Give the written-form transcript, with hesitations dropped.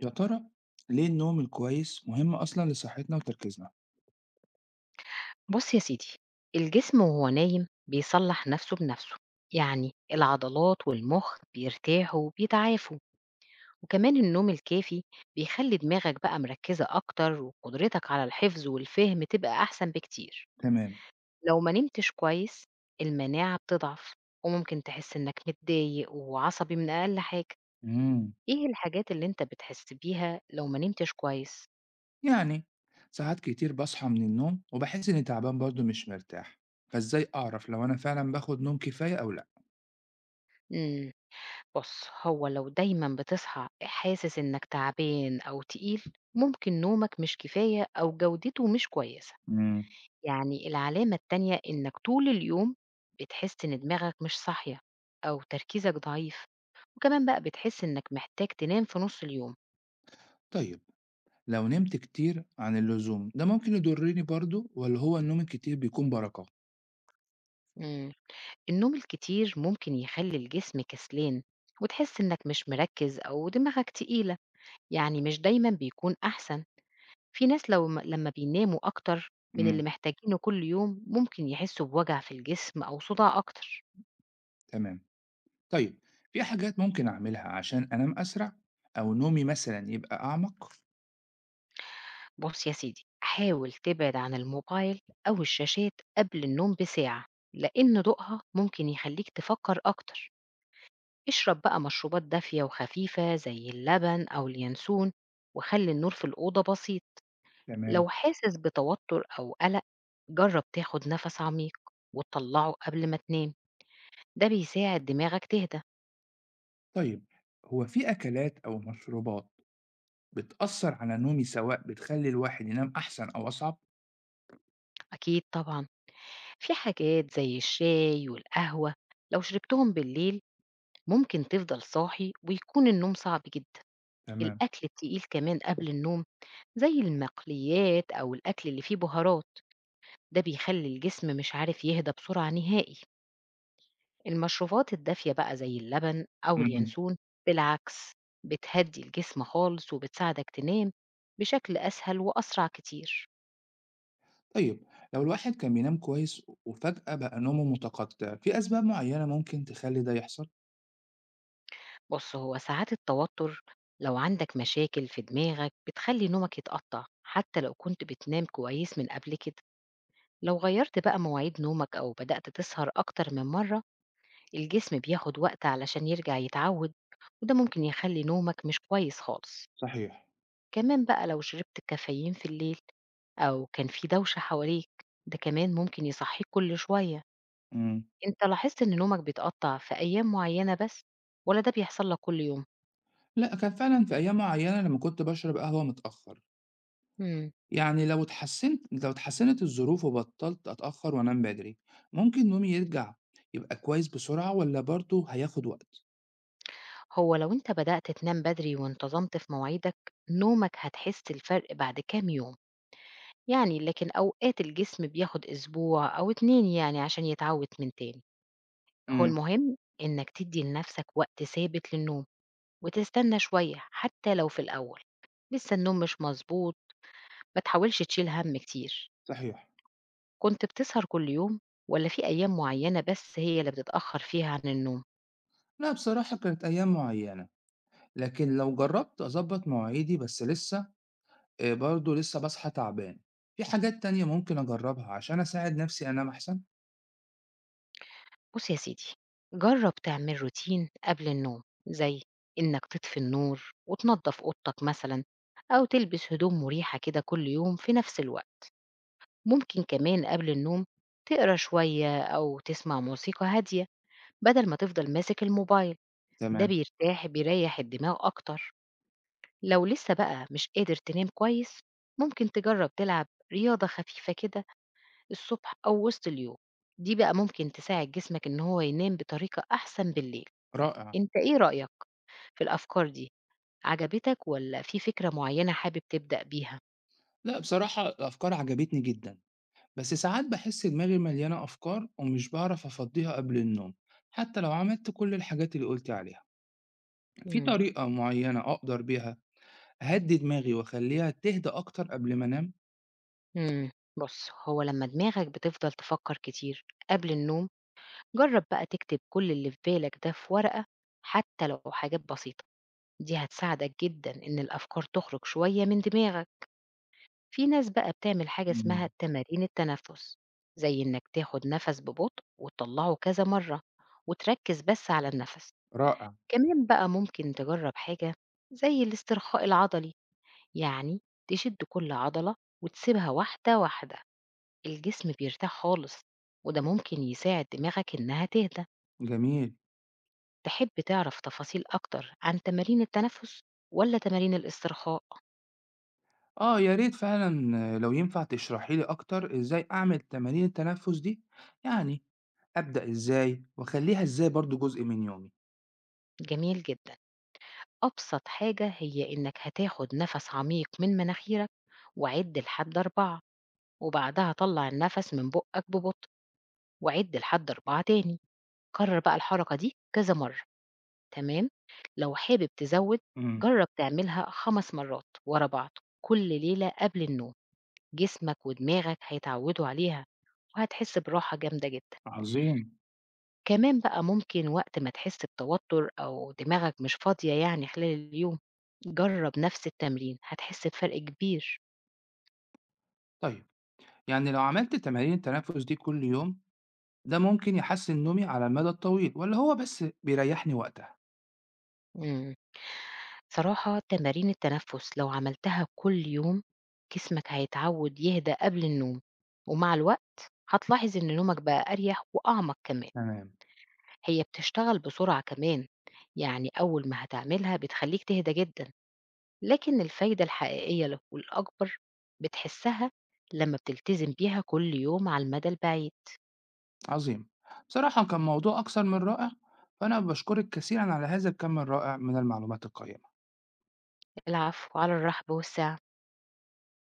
يا ترى ليه النوم الكويس مهم أصلا لصحتنا وتركيزنا؟ بُص يا سيدي، الجسم وهو نايم بيصلّح نَفْسه بنَفْسه، يعني العضلات والمُخ بيرتاحوا وبيتعافوا، وكمان النوم الكافي بيخلّي دماغك بقى مركّزة أكتر وقدرتك على الحفظ والفهم تبقى أحسن بكتير. تمام. لو ما نمتش كويس، المناعة بتضعف وممكن تحس إنّك متضايق وعصبي من أقل حاجة. مم. إيه الحاجات اللي أنت بتحس بيها لو ما نمتش كويس؟ يعني ساعات كتير بصحى من النوم وبحس إني تعبان برضه مش مرتاح، فإزاي أعرف لو أنا فعلا باخد نوم كفاية أو لأ؟ إمم. بُص، هو لو دايمًا بتصحى حاسس إنك تعبان أو تقيل، ممكن نومك مش كفاية أو جودته مش كويسة. مم. يعني العلامة التانية إنك طول اليوم بتحس إن دماغك مش صاحية أو تركيزك ضعيف، وكمان بقى بتحس إنك محتاج تنام في نُص اليوم. طيب، لو نمت كتير عن اللزوم ده ممكن يضرني برضه ولا هو النوم الكتير بيكون بركة؟ إمم. النوم الكتير ممكن يخلّي الجسم كسلان وتحس إنك مش مركّز أو دماغك تقيلة، يعني مش دايمًا بيكون أحسن. في ناس لو لمّا بيناموا أكتر من مم. اللي محتاجينه كل يوم، ممكن يحسوا بوجع في الجسم أو صداع أكتر. تمام. طيب، في حاجات ممكن أعملها عشان أنام أسرع أو نومي مثلا يبقى أعمق؟ بُص يا سيدي، حاول تبعد عن الموبايل أو الشاشات قبل النوم بساعة، لإن ضوءها ممكن يخليك تفكر أكتر. اشرب بقى مشروبات دافية وخفيفة زي اللبن أو اليانسون، وخلّي النور في الأوضة بسيط. تمام. لو حاسس بتوتر أو قلق، جرب تاخد نفس عميق وتطلعه قبل ما تنام، ده بيساعد دماغك تهدى. طيب، هو في أكلات أو مشروبات بتأثر على نومي سواء بتخلي الواحد ينام أحسن أو أصعب؟ أكيد طبعًا، في حاجات زي الشاي والقهوة لو شربتهم بالليل ممكن تفضل صاحي ويكون النوم صعب جدًا، تمام. الأكل التقيل كمان قبل النوم زي المقليات أو الأكل اللي فيه بهارات، ده بيخلّي الجسم مش عارف يهدى بسرعة نهائي، المشروبات الدافية بقى زي اللبن أو مم. اليانسون بالعكس بتهدّي الجسم خالص وبتساعدك تنام بشكل أسهل وأسرع كتير. طيب، لو الواحد كان بينام كويس وفجأة بقى نومه متقطع، في أسباب معينة ممكن تخلي ده يحصل؟ بُص، هو ساعات التوتر لو عندك مشاكل في دماغك بتخلّي نومك يتقطّع، حتى لو كنت بتنام كويس من قبل كده، لو غيّرت بقى مواعيد نومك أو بدأت تسهر أكتر من مرّة، الجسم بياخد وقت علشان يرجع يتعوّد، وده ممكن يخلّي نومك مش كويس خالص، صحيح. كمان بقى لو شربت كافيين في الليل أو كان في دوشة حواليك، ده كمان ممكن يصحّيك كل شوية، مم. أنت لاحظت إن نومك بيتقطّع في أيام معيّنة بس والّا ده بيحصل لك كل يوم؟ لا، كان فعلا في أيام معينة لما كنت بشرب قهوة متأخر. إمم. يعني لو اتحسنت الظروف وبطلت أتأخر وأنام بدري، ممكن نومي يرجع يبقى كويس بسرعة والّا برضه هياخد وقت؟ هو لو أنت بدأت تنام بدري وانتظمت في مواعيدك نومك هتحس الفرق بعد كام يوم يعني لكن أوقات الجسم بياخد أسبوع أو اتنين يعني عشان يتعود من تاني هو إمم، المهم إنك تدي لنفسك وقت ثابت للنوم وتستنى شوية حتى لو في الأول لسه النوم مش مظبوط ما تحاولش تشيل هم كتير صحيح. كنت بتسهر كل يوم ولا في أيام معينة بس هي اللي بتتأخر فيها عن النوم؟ لأ بصراحة كانت أيام معيّنة، لكن لو جرّبت أضبّط مواعيدي بس لسه برضه لسه باصحى تعبان، في حاجات تانية ممكن أجرّبها عشان أساعد نَفْسي أنام أحسن؟ بُص يا سيدي، جرّب تعمل روتين قبل النوم، زي إنك تطفي النور وتنضّف أوضتك مثلًا أو تلبس هدوم مريحة كده كل يوم في نفس الوقت، ممكن كمان قبل النوم تقرا شوية أو تسمع موسيقى هادية بدل ما تفضل ماسك الموبايل، ده تمام. بيرتاح بيريّح الدماغ أكتر. لو لسه بقى مش قادر تنام كويس، ممكن تجرّب تلعب رياضة خفيفة كده الصبح أو وسط اليوم، دي بقى ممكن تساعد جسمك إن هو ينام بطريقة أحسن بالليل. رائع. أنت إيه رأيك في الأفكار دي، عجبتك والّا في فكرة معيّنة حابب تبدأ بيها؟ لأ بصراحة الأفكار عجبتني جدًا. بس ساعات بحس دماغي مليانة أفكار ومش بعرف أفضيها قبل النوم حتى لو عملت كل الحاجات اللي قلت عليها، في إمم، طريقة معينة أقدر بيها أهدي دماغي وأخليها تهدى أكتر قبل ما أنام؟ إمم، بُص هو لمّا دماغك بتفضل تفكّر كتير قبل النوم، جرّب بقى تكتب كل اللي في بالك ده في ورقة حتى لو حاجات بسيطة، دي هتساعدك جدًا إن الأفكار تخرج شوية من دماغك، في ناس بقى بتعمل حاجة مم. اسمها تمارين التنفس، زي إنك تاخد نَفَس ببطء وتطلّعه كذا مرّة وتركّز بس على النَفَس. رائع. كمان بقى ممكن تجرب حاجة زي الاسترخاء العضلي يعني تشد كل عضلة وتسيبها واحدة واحدة الجسم بيرتاح خالص وده ممكن يساعد دماغك إنها تهدى. جميل. تحب تعرف تفاصيل أكتر عن تمارين التنفس ولا تمارين الاسترخاء؟ آه يا ريت فعلا، آه، لو ينفع تشرحي لي أكتر إزاي أعمل تمارين التنفس دي، يعني أبدأ إزاي وأخليها إزاي برضو جزء من يومي؟ جميل جدا. أبسط حاجة هي إنك هتاخد نفس عميق من مناخيرك وعد لحد أربعة وبعدها طلع النفس من بقك ببطء وعد لحد أربعة تاني. كرر بقى الحركة دي كذا مرة، تمام؟ لو حابب تزود مم. جرب تعملها 5 مرات ورا بعض كل ليلة قبل النوم، جسمك ودماغك هيتعودوا عليها وهتحس براحة جامدة جدًا. عظيم. كمان بقى ممكن وقت ما تحس بتوتر أو دماغك مش فاضية يعني خلال اليوم، جرب نفس التمرين هتحس بفرق كبير. طيب، يعني لو عملت تمارين التنفس دي كل يوم ده ممكن يحسن نومي على المدى الطويل ولا هو بس بيريحني وقتها؟ إمم. صراحة تمارين التنفس لو عملتها كل يوم جسمك هيتعود يهدى قبل النوم، ومع الوقت هتلاحظ إن نومك بقى أريح وأعمق كمان. تمام. هي بتشتغل بسرعة كمان، يعني أول ما هتعملها بتخلّيك تهدى جدًا، لكن الفايدة الحقيقية والأكبر بتحسها لمّا بتلتزم بيها كل يوم على المدى البعيد. عظيم. بصراحة كان موضوع أكثر من رائع، فأنا بشكرك كثيرا على هذا الكم الرائع من المعلومات القيمة. العفو، على الرحب والسعة.